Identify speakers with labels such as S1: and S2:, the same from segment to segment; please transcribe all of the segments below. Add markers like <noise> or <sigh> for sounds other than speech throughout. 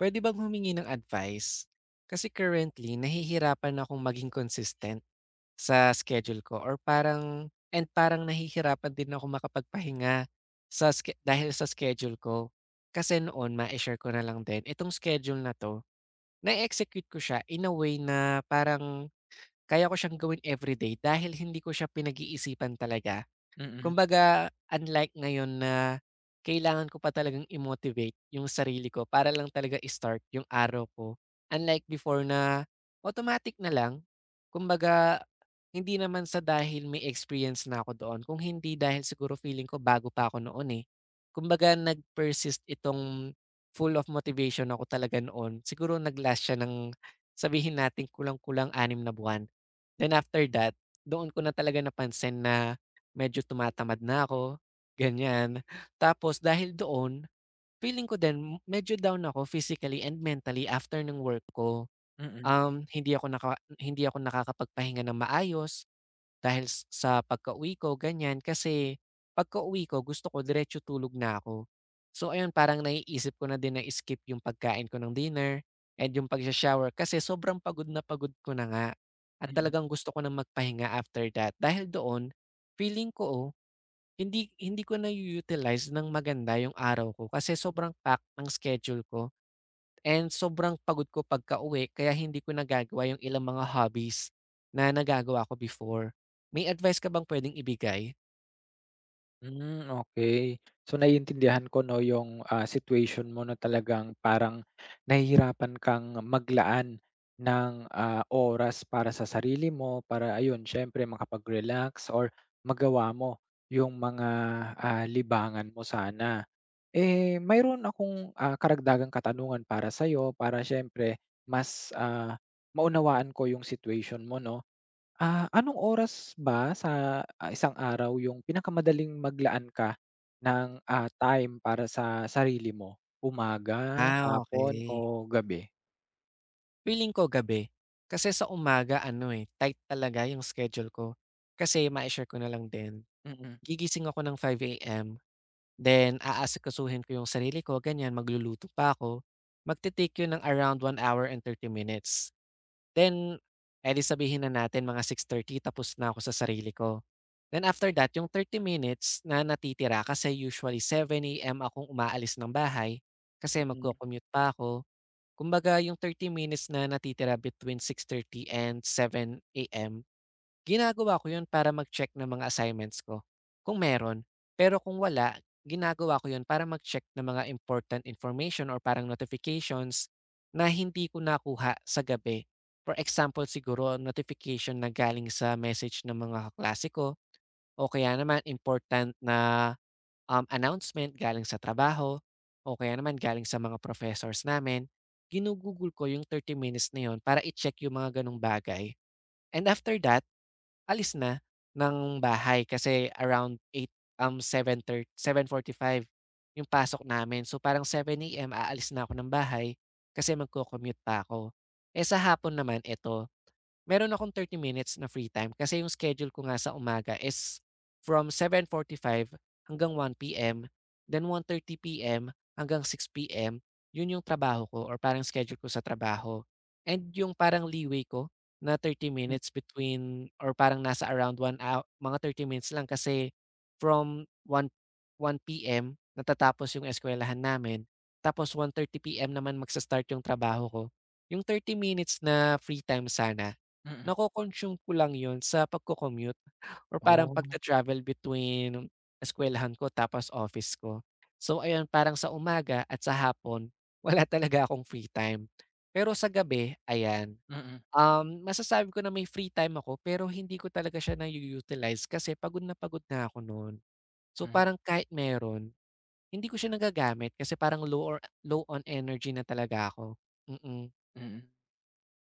S1: Pwede bang humingi ng advice? Kasi currently nahihirapan akong maging consistent sa schedule ko or parang and parang nahihirapan din ako makapagpahinga dahil sa schedule ko. Kasi noon ma-share ko na lang din itong schedule na to, na-execute ko siya in a way na parang kaya ko siyang gawin everyday dahil hindi ko siya pinag-iisipan talaga.
S2: Mm,
S1: Kumbaga, unlike ngayon na kailangan ko pa talagang i-motivate yung sarili ko para lang talaga i-start yung araw ko. Unlike before na automatic na lang. Kumbaga, hindi naman sa dahil may experience na ako doon, kung hindi dahil siguro feeling ko bago pa ako noon eh. Kumbaga, nag-persist itong full of motivation ako talaga noon. Siguro nag-last siya ng sabihin natin kulang-kulang 6 na buwan. Then after that, doon ko na talaga napansin na medyo tumatamad na ako, ganyan. Tapos dahil doon, feeling ko din medyo down ako physically and mentally after ng work ko.
S2: mm,
S1: Um, hindi ako naka Hindi ako nakakapagpahinga ng maayos dahil sa pagkauwi ko, ganyan. Kasi pagkauwi ko, gusto ko diretso tulog na ako. So ayun, parang naiisip ko na din na skip yung pagkain ko ng dinner and yung pagsha-shower kasi sobrang pagod na pagod ko na nga. At
S2: mm.
S1: talagang gusto ko na magpahinga after that. Dahil doon, feeling ko oh, hindi hindi ko na-u-utilize ng maganda yung araw ko kasi sobrang packed ng schedule ko and sobrang pagod ko pagkauwi kaya hindi ko nagagawa yung ilang mga hobbies na nagagawa ko before. May advice ka bang puwedeng ibigay?
S2: Hmm, okey. So, naiintindihan ko 'no, yung, situation mo na talagang parang nahihirapan kang maglaan ng, oras para sa sarili mo, para ayun siyempre makapag-relax or magawa mo yung mga, libangan mo sana. Eh, mayroon akong, karagdagang katanungan para sa'yo para siyempre mas, maunawaan ko yung situation mo 'no. Anong oras ba sa, isang araw yung pinakamadaling maglaan ka ng, time para sa sarili mo? Umaga, hapon
S1: Okay.
S2: o gabi?
S1: Feeling ko gabi. Kasi sa umaga ano, eh, tight talaga yung schedule ko. Kasi mai-share ko na lang din,
S2: Mm,
S1: gigising ako ng 5 AM, then aasikasuhin ko yung sarili ko, ganyan, magluluto pa ako. Magte-take yun ng around 1 hour and 30 minutes. Then, eh, sabihin na natin mga 6:30 tapos na ako sa sarili ko. Then after that, yung 30 minutes na natitira kasi usually 7:00 AM akong umaalis ng bahay kasi
S2: mm,
S1: magco-commute pa ako. Kumbaga yung 30 minutes na natitira between 6:30 and 7:00 AM. Ginagawa ko 'yun para mag-check ng mga assignments ko, kung meron. Pero kung wala, ginagawa ko 'yun para mag-check ng mga important information or parang notifications na hindi ko nakuha sa gabi. For example siguro, notification na galing sa message ng mga kaklase ko o kaya naman important na, announcement galing sa trabaho o kaya naman galing sa mga professors namin, ginugugol ko yung 30 minutes na yun para i-check yung mga gano'ng bagay. And after that, alis na ng bahay kasi around seven seven thirty forty five yung pasok namin. So, parang 7:00 AM aalis na ako ng bahay kasi magco-commute pa ako. Eh, sa hapon naman, eto. Meron akong 30 minutes na free time kasi yung schedule ko nga sa umaga is from 7:45 hanggang 1:00 PM, then 1:30 PM hanggang 6:00 PM, yun yung trabaho ko or parang schedule ko sa trabaho. And yung parang leeway ko na 30
S2: m
S1: minutes between or parang nasa around one hou mga 30 minutes lang kasi from 1 1:00 PM natatapos yung eskwelahan namin, tapos 1:30 PM naman magsa-start yung trabaho ko. Yung 30 minutes na free time sana,
S2: mm.
S1: nako-consume ko lang 'yun sa pagko commute or parang
S2: Oh,
S1: pagta-travel between eskuwelahan ko tapos office ko. So ayun, parang sa umaga at sa hapon <laughs> wala talaga akong free time. Pero sa gabi, ayan,
S2: mm,
S1: masasabi ko na may free time ako pero hindi ko talaga siya na utilize kasi pagod na ako no'n. So
S2: hmm,
S1: parang kahit meron, hindi ko siya nagagamit kasi parang low on energy na talaga ako. Mm.
S2: mm.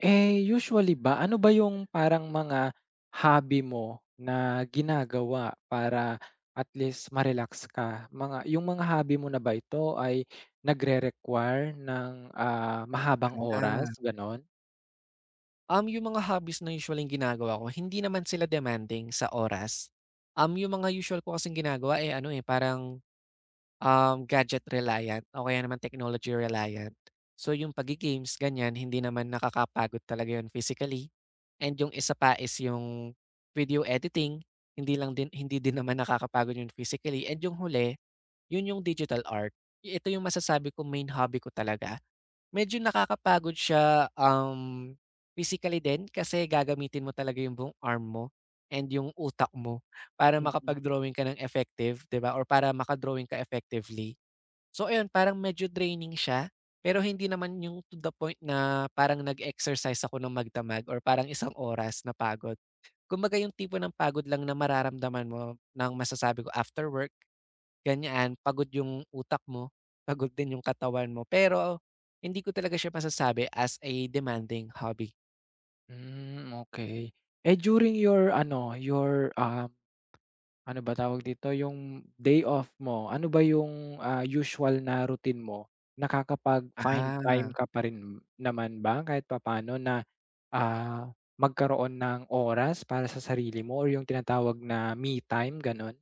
S2: Eh, usually ba ano ba yung parang mga hobby mo na ginagawa para at least ma-relax ka? Mga yung mga hobby mo na ba ito ay nagre-require ng, mahabang
S1: Mm. Ah.
S2: oras, gano'n?
S1: Yung mga hobbies na usually yung ginagawa ko, hindi naman sila demanding sa oras. Yung mga usual ko kasing ginagawa, eh ano eh, parang gadget reliant o kaya naman technology reliant. So yung pagi-games, ganyan, hindi naman nakakapagod talaga yun physically. And yung isa pa is yung video editing, hindi din naman nakakapagod yun physically. And yung huli, yun yung digital art. Ito yung masasabi ko main hobby ko talaga. Medyo nakakapagod siya, physically din kasi gagamitin mo talaga yung buong arm mo and yung utak mo para
S2: Mm.
S1: makapag-drawing ka ng effective, 'di ba, or para makadrawing ka effectively. So ayun, parang medyo draining siya, pero hindi naman yung to the point na parang nag-exercise ako ng magdamag or parang isang oras na pagod. Kumbaga yung tipo ng pagod lang na mararamdaman mo ng masasabi ko after work. Ganyan, pagod yung utak mo, pagod din yung katawan mo. Pero hindi ko talaga siya masasabi as a demanding hobby.
S2: Hmm, okey. Eh, during your ano, your, ano ba tawag dito, yung day off mo, ano ba yung, usual na routine mo? Nakakapag-find time
S1: Ah,
S2: ka pa rin naman ba kahit papaano na, ah, magkaroon ng oras para sa sarili mo or yung tinatawag na me time, gano'n?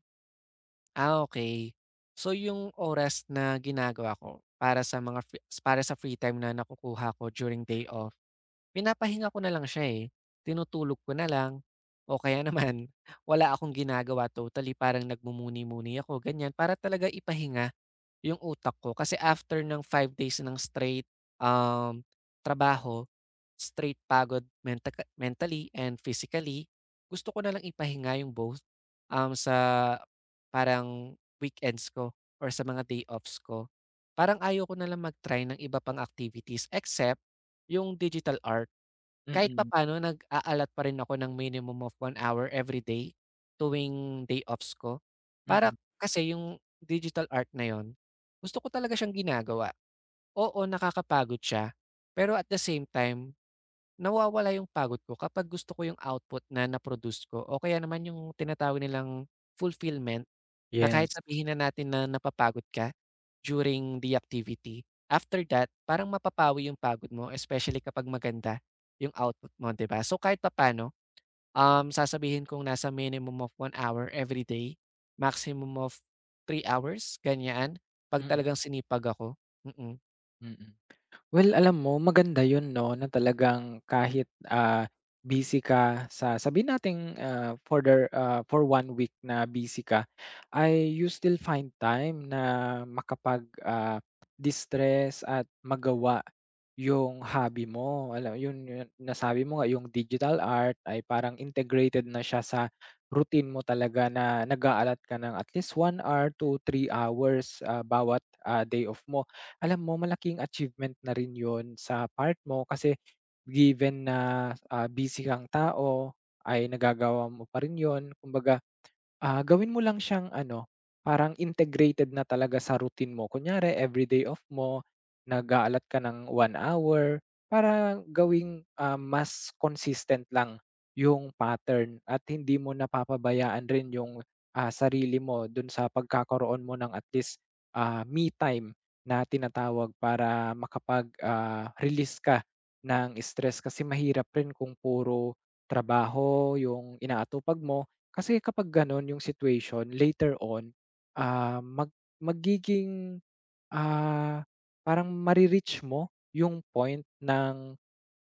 S1: Okey. So yung oras na ginagawa ko para sa free time na nakukuha ko during day off, pinapahinga ko na lang siya, eh. Tinutulog ko na lang o kaya naman <laughs> wala akong ginagawa totally, parang nagmumuni-muni ako, ganyan, para talaga ipahinga yung utak ko kasi after ng 5 days ng straight, um, trabaho, straight pagod mentally and physically, gusto ko nalang ipahinga yung both, sa parang weekends ko or sa mga day offs ko. Parang ayaw ko nalang mag-try ng iba pang activities except yung digital art. Kahit
S2: Mm,
S1: papaano nag-aalat pa rin ako ng minimum of 1 hour every day tuwing day offs ko.
S2: mm.
S1: Para kasi yung digital art na yun, gusto ko talaga siyang ginagawa. Oo, nakakapagod siya, pero at the same time, nawawala yung pagod ko kapag gusto ko yung output na na-produce ko o kaya naman yung tinatawag nilang fulfillment. Na
S2: Yes,
S1: kahit sabihin na natin na napapagod ka during the activity, after that parang mapapawi yung pagod mo especially kapag maganda yung output mo, 'di ba? So, kahit paano sasabihin kong nasa minimum of 1 hour every day maximum of 3 hours, ganyan, 'pag
S2: mm,
S1: talagang sinipag ako. Mm.
S2: mm. Well, alam mo maganda 'yun 'no, na talagang kahit, busy ka sa sabihin nating, for one week na busy ka, ay you still find time na makapag, distress at magawa yung hobby mo. Alam yun, nasabi mo nga yung digital art ay parang integrated na siya sa routine mo talaga na nag a ka ng at least 1 hour to 3 hours, bawat, day off mo. Alam mo, malaking achievement na rin 'yun sa part mo kasi given na, busy kang tao ay nagagawa mo pa rin 'yun. Kumbaga, gawin mo lang siyang ano, parang integrated na talaga sa routine mo. Kunyari everyday off mo, nag-aalat ka ng 1 hour para gawing, mas consistent lang yung pattern at hindi mo napapabayaan rin yung, sarili mo dun sa pagkakaroon mo ng at least, me time na tinatawag para makapag, release ka ng stress kasi mahirap rin kung puro trabaho yung inaatupag mo. Kasi kapag gano'n yung situation later on, ah, mag magiging, ah, parang mare mo yung point ng,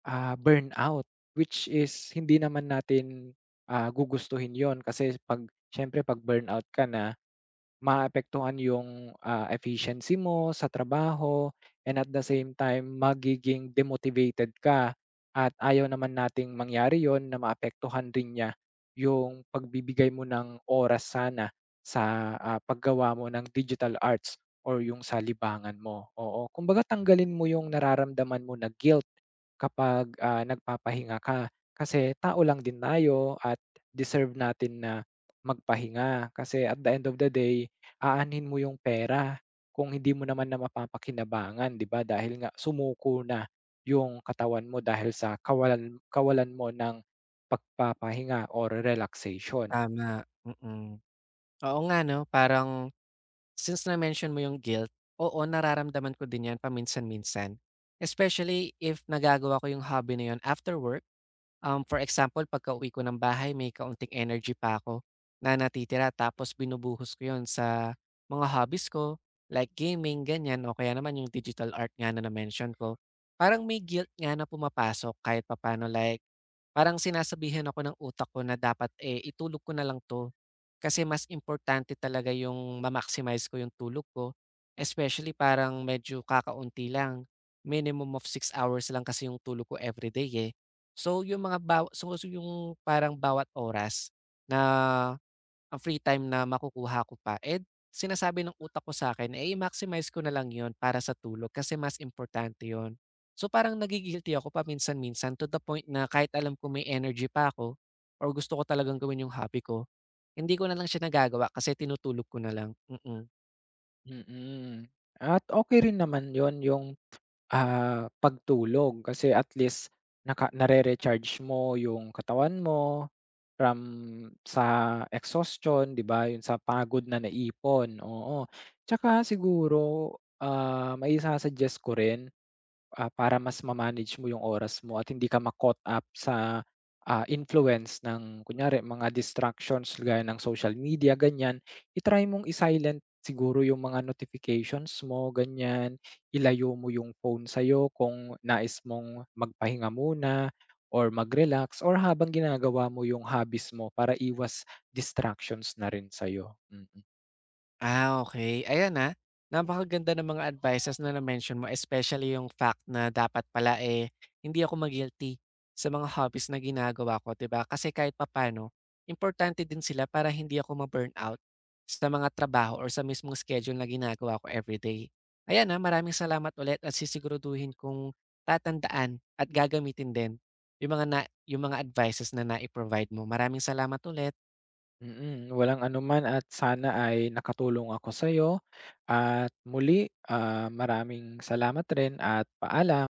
S2: burnout, which is hindi naman natin, gugustuhin yon kasi siyempre 'pag burnout ka na. Maapektuhan yung, efficiency mo sa trabaho, and at the same time magiging demotivated ka at ayaw naman nating mangyari yun na maapektuhan rin niya yung pagbibigay mo ng oras sana sa, paggawa mo ng digital arts or yung sa libangan mo, oo. Kumbaga, tanggalin mo yung nararamdaman mo na guilt kapag, nagpapahinga ka kasi tao lang din tayo at deserve natin na magpahinga kasi at the end of the day, aanhin mo yung pera kung hindi mo naman na mapapakinabangan, 'di ba? Dahil nga sumuko na yung katawan mo dahil sa kawalan kawalan mo ng pagpapahinga or relaxation.
S1: Tama. Mm. Oo nga 'no, parang since na-mention mo yung guilt, oo, nararamdaman ko din 'yan paminsan-minsan. Especially if nagagawa ko yung hobby na 'yun after work. For example, pagkauwi ko ng bahay may kaunting energy pa ako na natitira tapos binubuhos ko 'yon sa mga hobbies ko, like gaming, ganyan o kaya naman yung digital art nga na na-mention ko. Parang may guilt nga na pumapasok kahit papaano, like parang sinasabihan ako ng utak ko na dapat, eh, itulog ko na lang 'to kasi mas importante talaga yung ma-maximize ko yung tulog ko. Especially parang medyo kakaunti lang, minimum of 6 hours lang kasi yung tulog ko everyday, eh. So, yung mga bawa so yung parang bawat oras na ang free time na makukuha ko pa, eh, sinasabi ng utak ko sa'kin na i-maximize ko na lang yun para sa tulog kasi mas importante yun. So, parang nagigilty ako paminsan-minsan to the point na kahit alam ko may energy pa ako or gusto ko talagang gawin yung hobby ko, hindi ko na lang siya nagagawa kasi tinutulog ko na lang, mm. Mm.
S2: Mm. At okey rin naman yon yung, pagtulog kasi at least nare-recharge mo yung katawan mo from sa exhaustion, 'di ba, yun sa pagod na naipon, oo. Tsaka siguro, maisa-suggest ko rin, para mas ma-manage mo yung oras mo at hindi ka ma-caught up sa, influence ng kunyari mga distractions gaya ng social media, ganyan. I-try mong i-silent siguro yung mga notifications mo, ganyan. Ilayo mo yung phone sa'yo kung nais mong magpahinga muna or mag-relax or habang ginagawa mo yung hobbies mo para iwas distractions na rin sa'yo, mm.
S1: Okay. Ayan, na napakaganda ng mga advices na na-mention mo especially yung fact na dapat pala, eh, hindi ako ma-guilty sa mga hobbies na ginagawa ko, 'di ba? Kasi kahit papaano importante din sila para hindi ako ma out sa mga trabaho or sa mismong schedule na ginagawa ko everyday. Ayan, maraming salamat ulit at sisiguraduhin kong tatandaan at gagamitin din yung mga na yung mga advices na nai-provide mo. Maraming salamat ulit.
S2: Mm, walang anuman at sana ay nakatulong ako sa'yo at muli, maraming salamat rin at paalam.